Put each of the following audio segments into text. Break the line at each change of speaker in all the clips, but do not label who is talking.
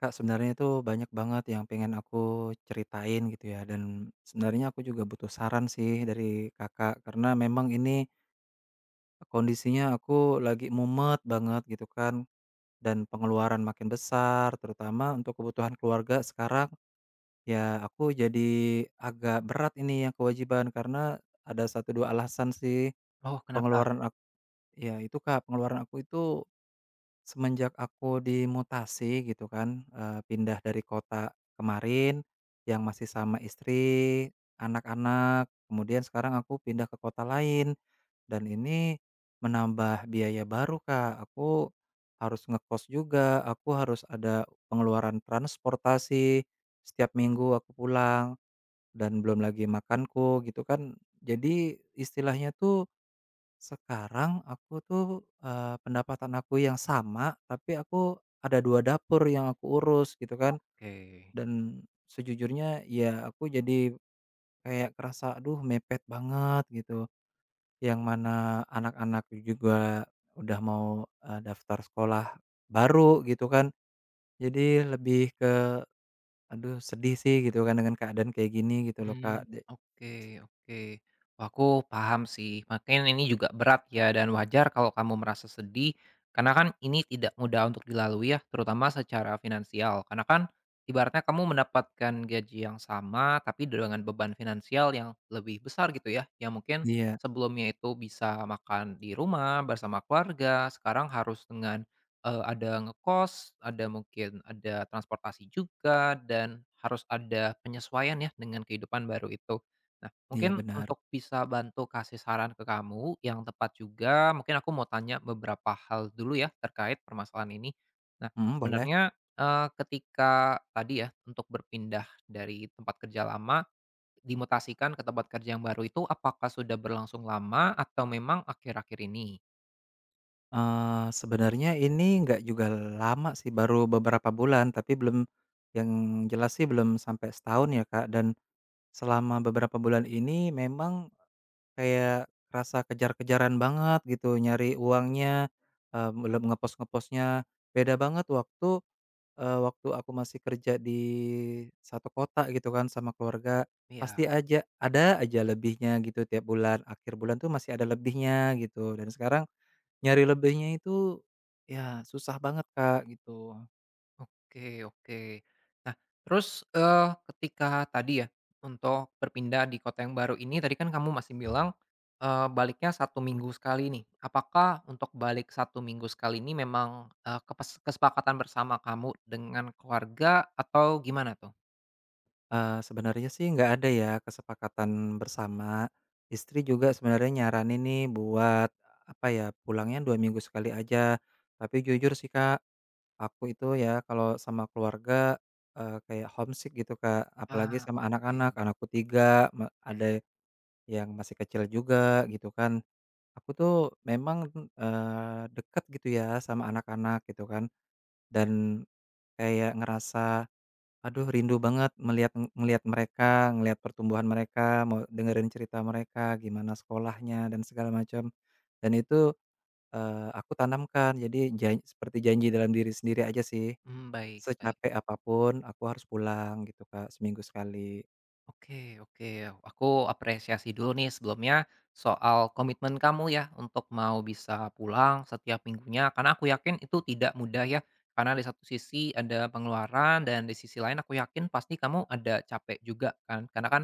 Kak, sebenarnya itu banyak banget yang pengen aku ceritain gitu ya, dan sebenarnya aku juga butuh saran sih dari Kakak karena memang ini kondisinya aku lagi mumet banget gitu kan. Dan pengeluaran makin besar, terutama untuk kebutuhan keluarga sekarang. Ya, aku jadi agak berat ini yang kewajiban karena ada satu 2 alasan sih.
Oh, kenapa?
Pengeluaran aku Ya, itu Kak, pengeluaran aku itu semenjak aku dimutasi gitu kan, pindah dari kota kemarin, yang masih sama istri, anak-anak, kemudian sekarang aku pindah ke kota lain, dan ini menambah biaya baru, Kak. Aku harus ngekos juga, aku harus ada pengeluaran transportasi, setiap minggu aku pulang, dan belum lagi makanku gitu kan. Jadi istilahnya tuh sekarang aku tuh, pendapatan aku yang sama, tapi aku ada 2 dapur yang aku urus gitu kan,
Oke.
dan sejujurnya ya aku jadi kayak kerasa, aduh, mepet banget gitu. Yang mana anak-anak juga udah mau, daftar sekolah baru gitu kan. Jadi lebih ke aduh, sedih sih gitu kan dengan keadaan kayak gini gitu loh
Hmm,
Kak,
oke, oke. Wah, aku paham sih, makin ini juga berat ya, dan wajar kalau kamu merasa sedih, karena kan ini tidak mudah untuk dilalui ya, terutama secara finansial. Karena kan ibaratnya kamu mendapatkan gaji yang sama, tapi dengan beban finansial yang lebih besar gitu ya, yang mungkin
iya.
sebelumnya itu bisa makan di rumah bersama keluarga, sekarang harus dengan ada ngekos, ada mungkin ada transportasi juga, dan harus ada penyesuaian ya dengan kehidupan baru itu. Nah,
Iya,
mungkin
benar.
untuk bisa bantu kasih saran ke kamu yang tepat juga, mungkin aku mau tanya beberapa hal dulu ya terkait permasalahan ini. Nah,
Mhm, boleh.
sebenarnya, ketika tadi ya untuk berpindah dari tempat kerja lama, dimutasikan ke tempat kerja yang baru itu, apakah sudah berlangsung lama atau memang akhir-akhir ini?
Sebenarnya ini nggak juga lama sih, baru beberapa bulan, tapi belum yang jelas sih belum sampai setahun ya, Kak, dan selama beberapa bulan ini memang kayak rasa kejar-kejaran banget gitu, nyari uangnya, belum ngepost-ngepostnya. Beda banget waktu aku masih kerja di satu kota gitu kan sama keluarga, pasti
Iya.
aja ada aja lebihnya gitu tiap bulan, akhir bulan tuh masih ada lebihnya gitu. Dan sekarang, nyari lebihnya itu, ya susah banget, Kak, gitu.
Oke, oke. Nah, terus, ketika tadi ya, untuk berpindah di kota yang baru ini tadi kan kamu masih bilang, baliknya satu minggu sekali nih. Apakah untuk balik satu minggu sekali ini memang, kesepakatan bersama kamu dengan keluarga atau gimana tuh?
Sebenarnya sih nggak ada ya kesepakatan bersama, istri juga sebenarnya nyaranin nih buat, apa ya, pulangnya 2 minggu sekali aja. Tapi jujur sih, Kak, aku itu ya kalau sama keluarga, kayak homesick gitu, Kak, apalagi
Ah,
sama
oke.
anak-anak, anakku 3 ada yang masih kecil juga gitu kan. Aku tuh memang, dekat gitu ya sama anak-anak gitu kan, dan kayak ngerasa, aduh, rindu banget melihat melihat mereka, ngelihat pertumbuhan mereka, mau dengerin cerita mereka, gimana sekolahnya dan segala macam. Dan itu, aku tanamkan jadi seperti janji dalam diri sendiri aja sih,
Mmm, baik, baik.
secapek apapun, aku harus pulang gitu Kak, seminggu sekali.
Oke, oke, aku apresiasi dulu nih sebelumnya soal komitmen kamu ya untuk mau bisa pulang setiap minggunya, karena aku yakin itu tidak mudah ya. Karena di satu sisi ada pengeluaran dan di sisi lain aku yakin pasti kamu ada capek juga kan. Karena kan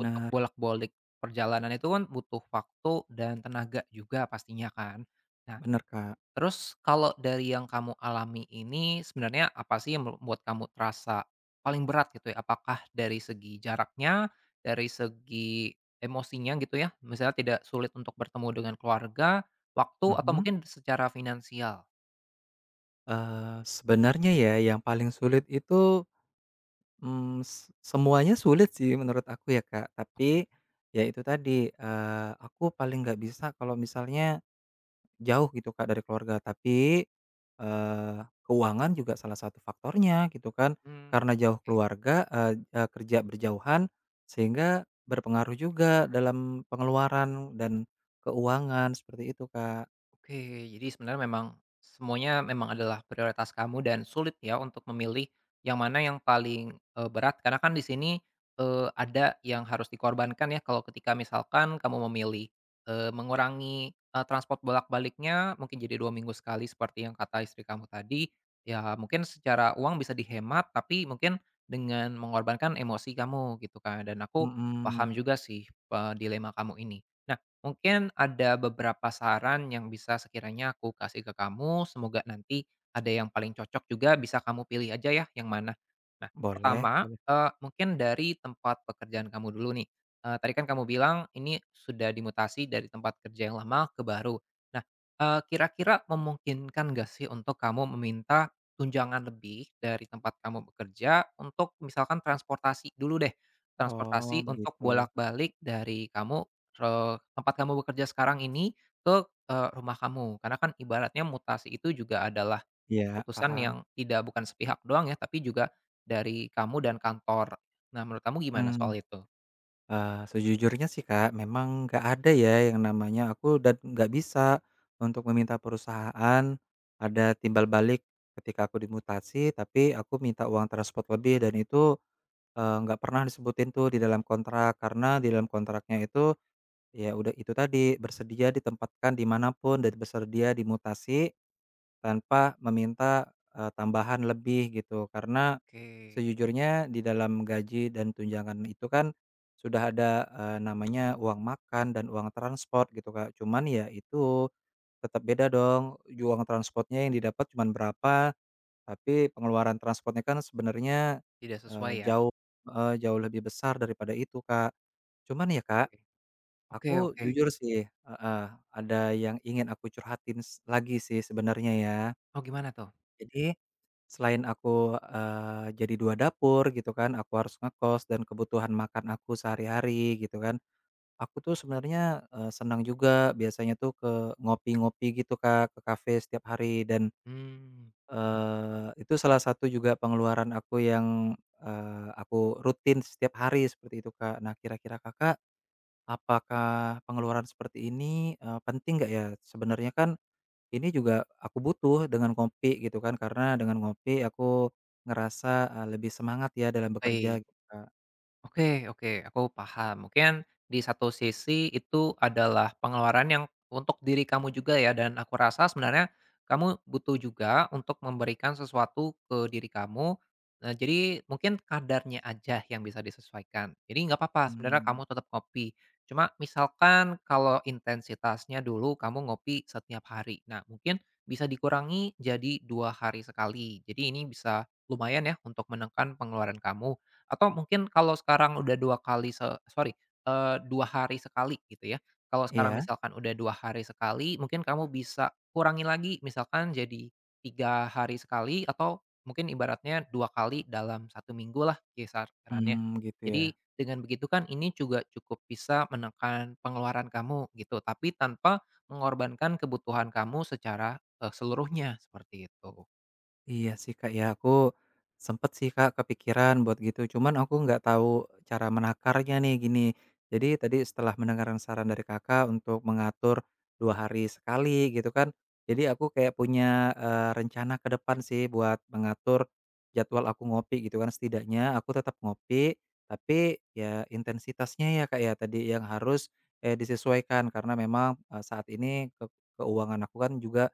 untuk bolak-balik perjalanan itu kan butuh waktu dan tenaga juga pastinya kan. Nah,
bener Kak.
terus kalau dari yang kamu alami ini sebenarnya apa sih yang membuat kamu terasa paling berat gitu ya? Apakah dari segi jaraknya, dari segi emosinya gitu ya? Misalnya tidak sulit untuk bertemu dengan keluarga, waktu, atau
Mhm.
mungkin secara finansial?
Sebenarnya ya yang paling sulit itu, Mmm, s semuanya sulit sih menurut aku ya, Kak.
Oke.
Tapi, ya itu tadi, aku paling nggak bisa kalau misalnya jauh gitu, Kak, dari keluarga. Tapi, keuangan juga salah satu faktornya gitu kan.
Mmm,
Karena jauh
oke.
keluarga, eee eee, kerja berjauhan, sehingga berpengaruh juga dalam pengeluaran dan keuangan, seperti itu, Kak.
Oke, jadi sebenarnya memang semuanya memang adalah prioritas kamu dan sulit ya untuk memilih yang mana yang paling, berat, karena kan di sini, ada yang harus dikorbankan ya kalau ketika misalkan kamu memilih, mengurangi, transport bolak-baliknya mungkin jadi 2 minggu sekali seperti yang kata istri kamu tadi, ya mungkin secara uang bisa dihemat tapi mungkin dengan mengorbankan emosi kamu gitu kan, dan aku paham
Mhm.
juga sih, dilema kamu ini. Nah, mungkin ada beberapa saran yang bisa sekiranya aku kasih ke kamu, semoga nanti ada yang paling cocok juga bisa kamu pilih aja ya yang mana. Nah,
Boleh,
pertama,
boleh.
mungkin dari tempat pekerjaan kamu dulu nih. Tadi kan kamu bilang ini sudah dimutasi dari tempat kerja yang lama ke baru. Nah, kira-kira memungkinkan nggak sih untuk kamu meminta tunjangan lebih dari tempat kamu bekerja untuk misalkan transportasi dulu deh,
Oh,
transportasi untuk
begitu.
bolak-balik dari kamu. Tempat kamu bekerja sekarang ini ke, rumah kamu. Karena kan ibaratnya mutasi itu juga adalah
Iya,
keputusan
paham.
yang tidak bukan sepihak doang ya, tapi juga dari kamu dan kantor. Nah, menurut kamu gimana soal
Mmm.
itu?
Sejujurnya sih, Kak, memang nggak ada ya yang namanya aku dan nggak bisa untuk meminta perusahaan ada timbal balik ketika aku dimutasi, tapi aku minta uang transport lebih, dan itu, nggak pernah disebutin tuh di dalam kontrak. Karena di dalam kontraknya itu, ya udah itu tadi, bersedia ditempatkan di mana pun dan bersedia dimutasi tanpa meminta, tambahan lebih gitu. Karena
Oke,
sejujurnya di dalam gaji dan tunjangan itu kan sudah ada, namanya uang makan dan uang transport gitu, Kak. Cuman ya itu tetap beda dong, uang transportnya yang didapat cuman berapa, tapi pengeluaran transportnya kan sebenarnya,
tidak sesuai ya?
jauh, heeh, jauh lebih besar daripada itu, Kak. Cuman ya, Kak,
Oke, oke,
aku
oke.
jujur sih, heeh, ada yang ingin aku curhatin lagi sih sebenarnya ya.
Oh, gimana tuh?
Jadi, selain aku, jadi 2 dapur gitu kan, aku harus ngekos dan kebutuhan makan aku sehari-hari gitu kan, aku tuh sebenarnya, senang juga biasanya tuh ngopi-ngopi gitu Kak, ke kafe setiap hari. Dan,
Hmm.
itu salah satu juga pengeluaran aku yang, aku rutin setiap hari seperti itu Kak. Nah, kira-kira Kakak, apakah pengeluaran seperti ini, penting nggak ya? Sebenarnya kan ini juga aku butuh dengan ngopi gitu kan, karena dengan ngopi aku ngerasa, lebih semangat ya dalam bekerja
Baik.
gitu, Kak.
Oke, oke, aku paham. Mungkin di satu sisi itu adalah pengeluaran yang untuk diri kamu juga ya, dan aku rasa sebenarnya kamu butuh juga untuk memberikan sesuatu ke diri kamu. Nah, jadi mungkin kadarnya aja yang bisa disesuaikan. Jadi nggak apa-apa sebenarnya
Mmm,
kamu tetap ngopi. Cuma misalkan kalau intensitasnya dulu kamu ngopi setiap hari. Nah, mungkin bisa dikurangi jadi dua hari sekali. Jadi ini bisa lumayan ya untuk menekan pengeluaran kamu. Atau mungkin kalau sekarang udah 2 kali se sorry, 2 hari sekali gitu ya. Kalau sekarang
iya,
misalkan udah 2 hari sekali, mungkin kamu bisa kurangi lagi misalkan jadi 3 hari sekali atau mungkin ibaratnya 2 kali dalam satu minggu lah kisarannya.
mmm, gitu ya.
Jadi dengan begitu kan ini juga cukup bisa menekan pengeluaran kamu gitu, tapi tanpa mengorbankan kebutuhan kamu secara, seluruhnya, seperti itu.
Iya sih, Kak, ya aku sempet sih, Kak, kepikiran buat gitu, cuman aku nggak tahu cara menakarnya nih, gini. Jadi tadi setelah mendengar saran dari Kakak untuk mengatur 2 hari sekali gitu kan, jadi aku kayak punya, rencana ke depan sih buat mengatur jadwal aku ngopi gitu kan, setidaknya aku tetap ngopi, tapi ya intensitasnya ya, Kak, ya tadi yang harus, disesuaikan karena memang, saat ini keuangan aku kan juga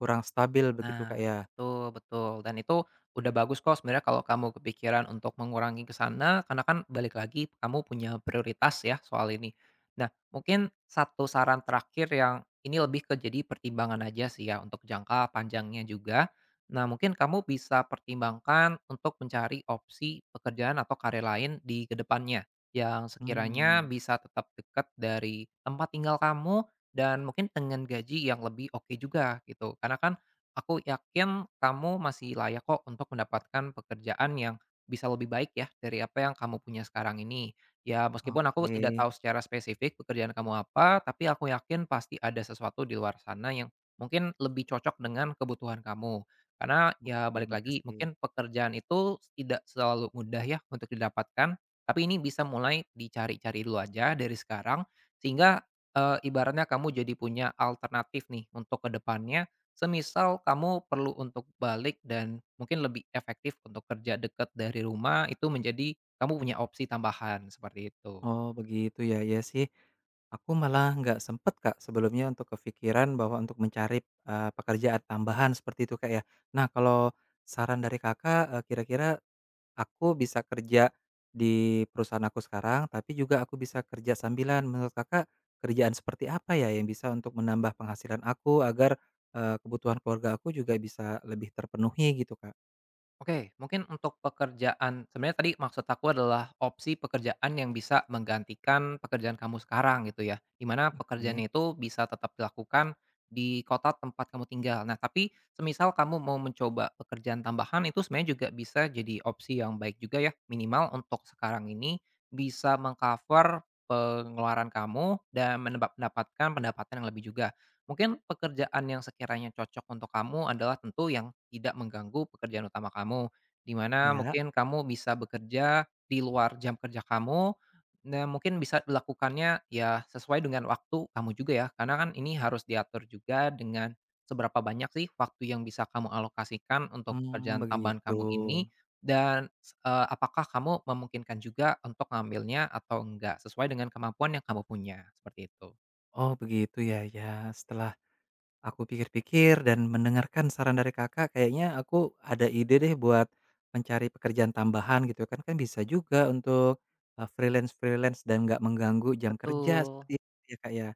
kurang stabil begitu,
Nah,
Kak, ya.
betul, betul, dan itu udah bagus kok sebenarnya kalau kamu kepikiran untuk mengurangi ke sana, karena kan balik lagi kamu punya prioritas ya soal ini. Nah, mungkin satu saran terakhir yang ini lebih ke jadi pertimbangan aja sih ya untuk jangka panjangnya juga. Nah, mungkin kamu bisa pertimbangkan untuk mencari opsi pekerjaan atau karir lain di kedepannya yang sekiranya
Mmm,
bisa tetap dekat dari tempat tinggal kamu dan mungkin dengan gaji yang lebih oke juga gitu. Karena kan aku yakin kamu masih layak kok untuk mendapatkan pekerjaan yang bisa lebih baik ya dari apa yang kamu punya sekarang ini. Ya meskipun aku tidak
oke,
tahu secara spesifik pekerjaan kamu apa, tapi aku yakin pasti ada sesuatu di luar sana yang mungkin lebih cocok dengan kebutuhan kamu. Karena ya
oke,
balik lagi,
makasih.
mungkin pekerjaan itu tidak selalu mudah ya untuk didapatkan, tapi ini bisa mulai dicari-cari dulu aja dari sekarang, sehingga ibaratnya kamu jadi punya alternatif nih untuk kedepannya. Semisal kamu perlu untuk balik dan mungkin lebih efektif untuk kerja dekat dari rumah, itu menjadi kamu punya opsi tambahan, seperti itu.
Oh, begitu ya. Iya sih, aku malah nggak sempet, Kak, sebelumnya untuk kepikiran bahwa untuk mencari, pekerjaan tambahan seperti itu, Kak, ya. Nah, kalau saran dari Kakak, kira-kira aku bisa kerja di perusahaan aku sekarang, tapi juga aku bisa kerja sambilan. Menurut Kakak, kerjaan seperti apa ya yang bisa untuk menambah penghasilan aku agar, kebutuhan keluarga aku juga bisa lebih terpenuhi gitu, Kak?
Oke, mungkin untuk pekerjaan sebenarnya tadi maksud aku adalah opsi pekerjaan yang bisa menggantikan pekerjaan kamu sekarang gitu ya. Di mana pekerjaan
Oke,
itu bisa tetap dilakukan di kota tempat kamu tinggal. Nah, tapi semisal kamu mau mencoba pekerjaan tambahan itu sebenarnya juga bisa jadi opsi yang baik juga ya. Minimal untuk sekarang ini bisa mengcover pengeluaran kamu dan mendapatkan pendapatan yang lebih juga. Mungkin pekerjaan yang sekiranya cocok untuk kamu adalah tentu yang tidak mengganggu pekerjaan utama kamu, di mana
iya.
mungkin kamu bisa bekerja di luar jam kerja kamu, nah mungkin bisa dilakukannya ya sesuai dengan waktu kamu juga ya, karena kan ini harus diatur juga dengan seberapa banyak sih waktu yang bisa kamu alokasikan untuk
Mmm,
pekerjaan tambahan
begitu.
kamu ini dan, apakah kamu memungkinkan juga untuk ngambilnya atau enggak, sesuai dengan kemampuan yang kamu punya, seperti itu.
Oh, begitu ya, ya. Setelah aku pikir-pikir dan mendengarkan saran dari Kakak, kayaknya aku ada ide deh buat mencari pekerjaan tambahan gitu kan. Kan bisa juga untuk, freelance-freelance dan nggak mengganggu jam kerja
Betul.
seperti itu ya, Kak, ya.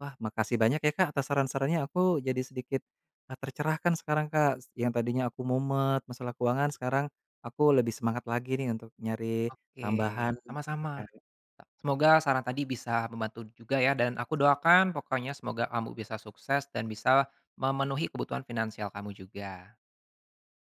Wah, makasih banyak ya, Kak, atas saran-sarannya. Aku jadi sedikit, tercerahkan sekarang, Kak. Yang tadinya aku mumet masalah keuangan, sekarang aku lebih semangat lagi nih untuk nyari
Oke,
tambahan gitu,
sama-sama.
Kak.
Semoga saran tadi bisa membantu juga ya dan aku doakan pokoknya semoga kamu bisa sukses dan bisa memenuhi kebutuhan finansial kamu juga.